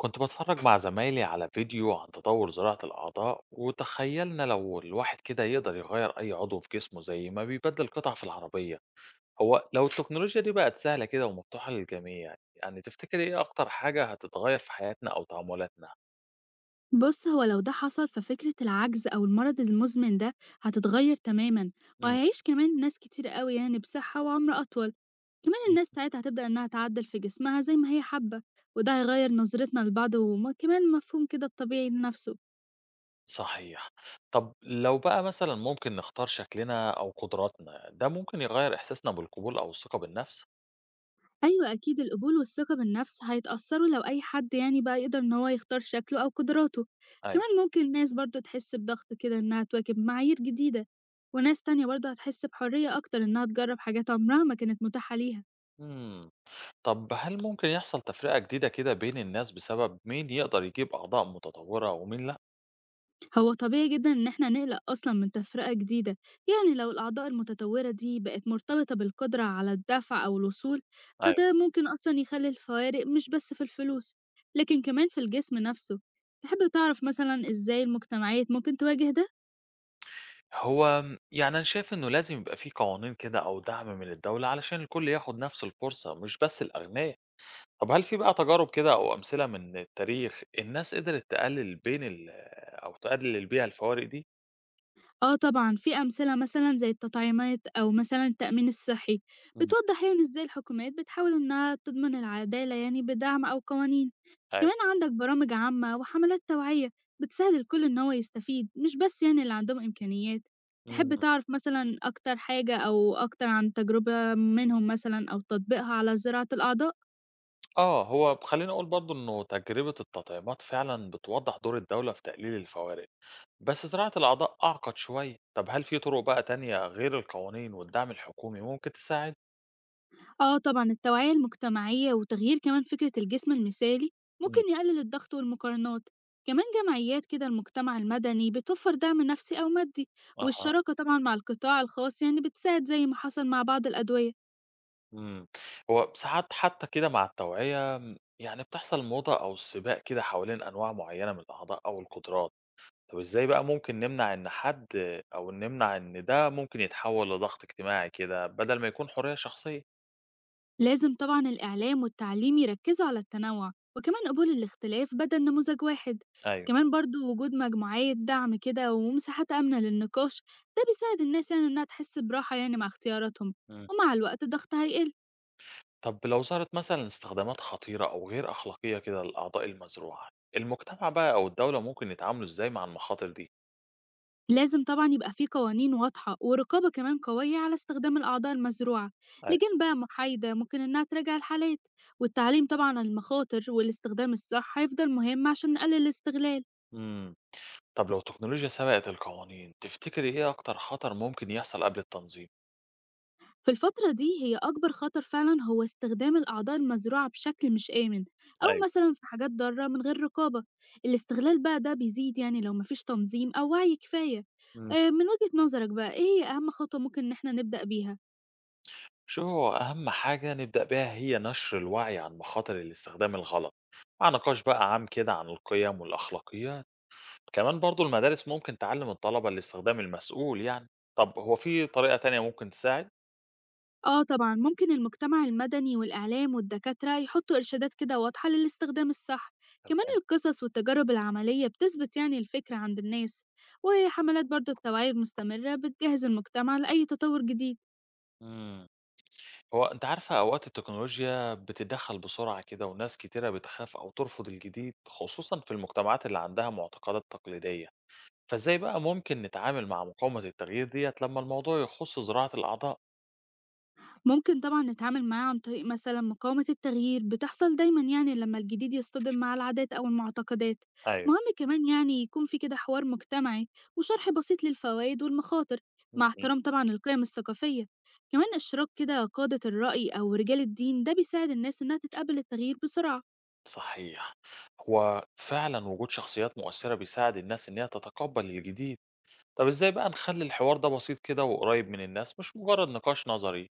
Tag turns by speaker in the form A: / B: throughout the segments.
A: كنت بتفرج مع زمايلي على فيديو عن تطور زراعة الأعضاء وتخيلنا لو الواحد كده يقدر يغير أي عضو في جسمه زي ما بيبدل قطع في العربية. هو لو التكنولوجيا دي بقت سهلة كده ومفتوحة للجميع، يعني تفتكر إيه أكتر حاجة هتتغير في حياتنا أو تعاملاتنا؟
B: بُص، هو لو ده حصل ففكرة العجز أو المرض المزمن ده هتتغيّر تمامًا،
A: مم.
B: وهيعيش كمان ناس كتير أوي يعني بصحة وعمر أطول، كمان الناس ساعتها هتبدأ إنها تعدّل في جسمها زي ما هي حابة، وده هيغيّر نظرتنا لبعض وم كمان مفهوم كده الطبيعي لنفسه.
A: صحيح. طب لو بقى مثلا ممكن نختار شكلنا أو قدراتنا، ده ممكن يغير إحساسنا بالقبول أو الثقة بالنفس؟
B: أيوه أكيد القبول والثقة بالنفس هيتأثّروا لو أي حد يعني بقى يقدر إن هو يختار شكله أو قدراته،
A: أيوه.
B: كمان ممكن الناس برضه تحس بضغط كده إنها تواكب معايير جديدة، وناس تانية برضه هتحس بحرية أكتر إنها تجرّب حاجات عمرها ما كانت متاحة ليها.
A: مم. طب هل ممكن يحصل تفرقة جديدة كده بين الناس بسبب مين يقدر يجيب أعضاء متطورة ومين لأ؟
B: هو طبيعي جدا إن احنا نقلق أصلا من تفرقة جديدة، يعني لو الأعضاء المتطورة دي بقت مرتبطة بالقدرة على الدفع أو الوصول، فده
A: أيوة.
B: ممكن أصلا يخلي الفوارق مش بس في الفلوس لكن كمان في الجسم نفسه. تحب تعرف مثلا إزاي المجتمعات ممكن تواجه ده؟
A: هو يعني أنا شايف إنه لازم يبقى فيه قوانين كده أو دعم من الدولة علشان الكل ياخد نفس الفرصة مش بس الأغنياء. طب هل في بقى تجارب كده أو أمثلة من التاريخ الناس قدرت تقلل بين أو تقلل بيها الفوارق دي؟
B: آه طبعًا، في أمثلة مثلًا زي التطعيمات أو مثلًا التأمين الصحي،
A: مم.
B: بتوضح يعني إزاي الحكومات بتحاول إنها تضمن العدالة يعني بدعم أو قوانين،
A: أيوة.
B: كمان عندك برامج عامة وحملات توعية بتساعد الكل إن هو يستفيد، مش بس يعني اللي عندهم إمكانيات. تحب
A: مم.
B: تعرف مثلًا أكتر حاجة أو أكتر عن تجربة منهم مثلًا أو تطبيقها على زراعة الأعضاء؟
A: آه، هو خليني أقول برضو إنه تجربة التطعيمات فعلا بتوضح دور الدولة في تقليل الفوارق. بس زراعة الأعضاء أعقد شوية، طب هل في طرق بقى تانية غير القوانين والدعم الحكومي ممكن تساعد؟
B: آه طبعًا التوعية المجتمعية وتغيير كمان فكرة الجسم المثالي ممكن
A: إمم،
B: يقلل الضغط والمقارنات، كمان جمعيات كده المجتمع المدني بتوفر دعم نفسي أو مادي،
A: أها،
B: والشراكة طبعًا مع القطاع الخاص يعني بتساعد زي ما حصل مع بعض الأدوية.
A: إمم، هو ساعات حتى كده مع التوعية، يعني بتحصل موضة أو سباق كده حوالين أنواع معينة من الأعضاء أو القدرات، طب إزاي بقى ممكن نمنع إن حد أو نمنع إن ده ممكن يتحول لضغط اجتماعي كده بدل ما يكون حرية شخصية؟
B: لازم طبعًا الإعلام والتعليم يركزوا على التنوع وكمان قبول الاختلاف بدل نموذج واحد،
A: أيوه،
B: كمان برضو وجود مجموعات دعم كده ومساحات آمنة للنقاش ده بيساعد الناس يعني إنها تحس براحة يعني مع اختياراتهم،
A: إمم.
B: ومع الوقت الضغط هيقل.
A: طب لو ظهرت مثلا استخدامات خطيرة أو غير أخلاقية كده للأعضاء المزروعة، المجتمع بقى أو الدولة ممكن يتعاملوا إزاي مع المخاطر دي؟
B: لازم طبعا يبقى فيه قوانين واضحة ورقابة كمان قوية على استخدام الأعضاء المزروعة.
A: أيوة.
B: لجان بقى محايدة ممكن إنها تراجع الحالات، والتعليم طبعا عن المخاطر والاستخدام الصح هيفضل مهم عشان نقلل الاستغلال.
A: امم. طب لو التكنولوجيا سبقت القوانين، تفتكري إيه أكتر خطر ممكن يحصل قبل التنظيم؟
B: في الفترة دي هي أكبر خطر فعلا هو استخدام الأعضاء المزروعة بشكل مش آمن، أو
A: أيوة.
B: مثلا في حاجات ضارة من غير رقابة. الاستغلال بقى ده بيزيد يعني لو مفيش تنظيم أو وعي كفاية.
A: مم.
B: آه، من وجهة نظرك بقى إيه هي أهم خطوة ممكن إن احنا نبدأ بيها؟
A: شو هو أهم حاجة نبدأ بيها، هي نشر الوعي عن مخاطر الاستخدام الغلط، مع نقاش بقى عام كده عن القيم والأخلاقيات، كمان برضو المدارس ممكن تعلم الطلبة الاستخدام المسؤول يعني، طب هو في طريقة تانية ممكن تساعد؟
B: آه طبعًا، ممكن المجتمع المدني والإعلام والدكاترة يحطوا إرشادات كده واضحة للاستخدام الصح، كمان
A: تمام.
B: القصص والتجارب العملية بتثبت يعني الفكرة عند الناس، وحملات برضه التوعية المستمرة بتجهز المجتمع لأي تطور جديد.
A: مم. هو أنتِ عارفة أوقات التكنولوجيا بتتدخّل بسرعة كده وناس كتيرة بتخاف أو ترفض الجديد، خصوصًا في المجتمعات اللي عندها معتقدات تقليدية، فإزاي بقى ممكن نتعامل مع مقاومة التغيير ديّة لمّا الموضوع يخُص زراعة الأعضاء؟
B: ممكن طبعًا نتعامل معاه عن طريق مثلًا مقاومة التغيير، بتحصل دايمًا يعني لمّا الجديد يصطدم مع العادات أو المعتقدات.
A: أيوه.
B: مهم كمان يعني يكون في كده حوار مجتمعي وشرح بسيط للفوايد والمخاطر، مع
A: اهم.
B: احترام طبعًا القيم الثقافية، كمان إشراك كده قادة الرأي أو رجال الدين ده بيساعد الناس إنها تتقبل التغيير بسرعة.
A: صحيح. هو فعلًا وجود شخصيات مؤثرة بيساعد الناس إن هي تتقبّل الجديد. طب إزاي بقى نخلّي الحوار ده بسيط كده وقريب من الناس مش مجرد نقاش نظري؟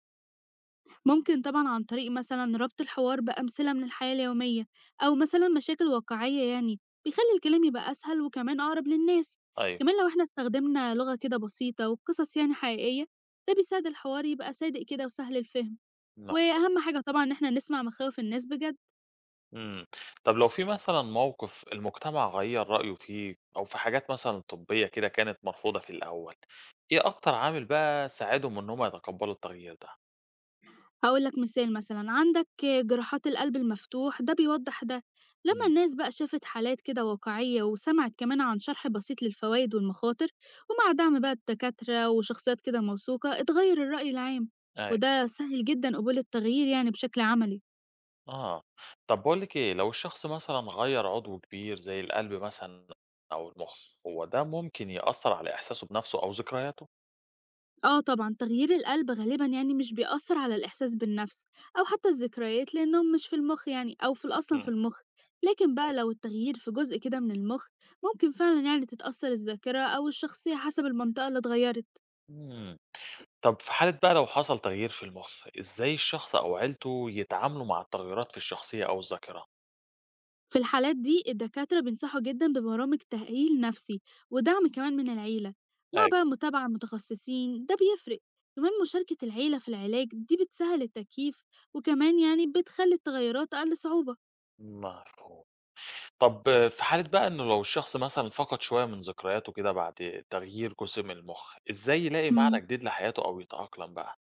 B: ممكن طبعًا عن طريق مثلًا ربط الحوار بأمثلة من الحياة اليومية أو مثلًا مشاكل واقعية يعني، بيخلّي الكلام يبقى أسهل وكمان أقرب للناس.
A: أيوه.
B: كمان لو إحنا استخدمنا لغة كده بسيطة وقصص يعني حقيقية، ده بيساعد الحوار يبقى صادق كده وسهل الفهم، وأهم حاجة طبعًا إن إحنا نسمع مخاوف الناس بجد.
A: إمم. طب لو في مثلًا موقف المجتمع غيّر رأيه فيه أو في حاجات مثلًا طبية كده كانت مرفوضة في الأول، إيه أكتر عامل بقى ساعدهم إن هم يتقبّلوا التغيير ده؟
B: هاقول لك مثال مثلًا، عندك جراحات القلب المفتوح ده بيوضّح ده، لمّا
A: إمم.
B: الناس بقى شافت حالات كده واقعية وسمعت كمان عن شرح بسيط للفوايد والمخاطر، ومع دعم بقى الدكاترة وشخصيات كده موثوقة، اتغيّر الرأي العام،
A: أيوه.
B: وده سهِّل جدًا قبول التغيير يعني بشكل عملي.
A: آه. طب باقول لِك إيه، لو الشخص مثلًا غيّر عضو كبير زي القلب مثلًا أو المُخ، هو ده ممكن يأثّر على إحساسه بنَفْسه أو ذكرياته؟
B: آه طبعًا، تغيير القلب غالبًا يعني مش بيأثّر على الإحساس بالنَفْس أو حتى الذكريات لإنّهم مش في المُخ يعني، أو في ال أصلًا في
A: إمم.
B: المُخ، لكن بقى
A: أيوه.
B: لو التغيير في جزء كده من المُخ، ممكن فعلًا يعني تتأثّر الذاكرة أو الشخصية حسب المنطقة اللي اتغيّرت.
A: إمم. طب في حالة بقى لو حصل تغيير في المُخ، إزاي الشخص أو عيلته يتعاملوا مع التغيرات في الشخصية أو الذاكرة؟
B: في الحالات دي الدكاترة بينصحوا جدًا ببرامج تأهيل نَفْسي ودعم كمان من العيلة، مع بقى
A: أيوه.
B: متابعة متخصصين، ده بيفرق. كمان مشاركة العيلة في العلاج دي بتسهّل التكييف وكمان يعني بتخلّي التغيّرات أقل صعوبة.
A: مفهوم. طب في حالة بقى إنه لو الشخص مثلًا فقد شوية من ذكرياته كده بعد تغيير جزء من المُخ، إزاي يلاقي
B: إمم.
A: معنى جديد لحياته أو يتأقلم بقى؟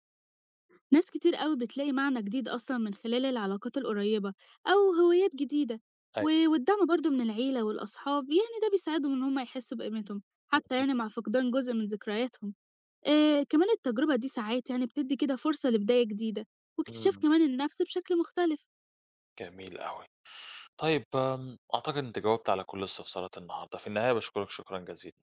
B: ناس كتير قوي بتلاقي معنى جديد أصلا من خلال العلاقات القريبة أو هوايات جديدة
A: أيوه.
B: والدعم برضو من العيلة والأصحاب يعني ده بيساعدهم إن هما يحسوا بقيمتهم حتى
A: اهم،
B: يعني مع فقدان جزء من ذكرياتهم. آه كمان التجربة دي ساعات يعني بتدي كده فرصة لبداية جديدة واكتشاف
A: إمم،
B: كمان النفس بشكل مختلف.
A: جميل أوي. طيب أعتقد أنت جاوبت على كل استفسارات النهارده، في النهاية باشكرك شكرًا جزيلًا.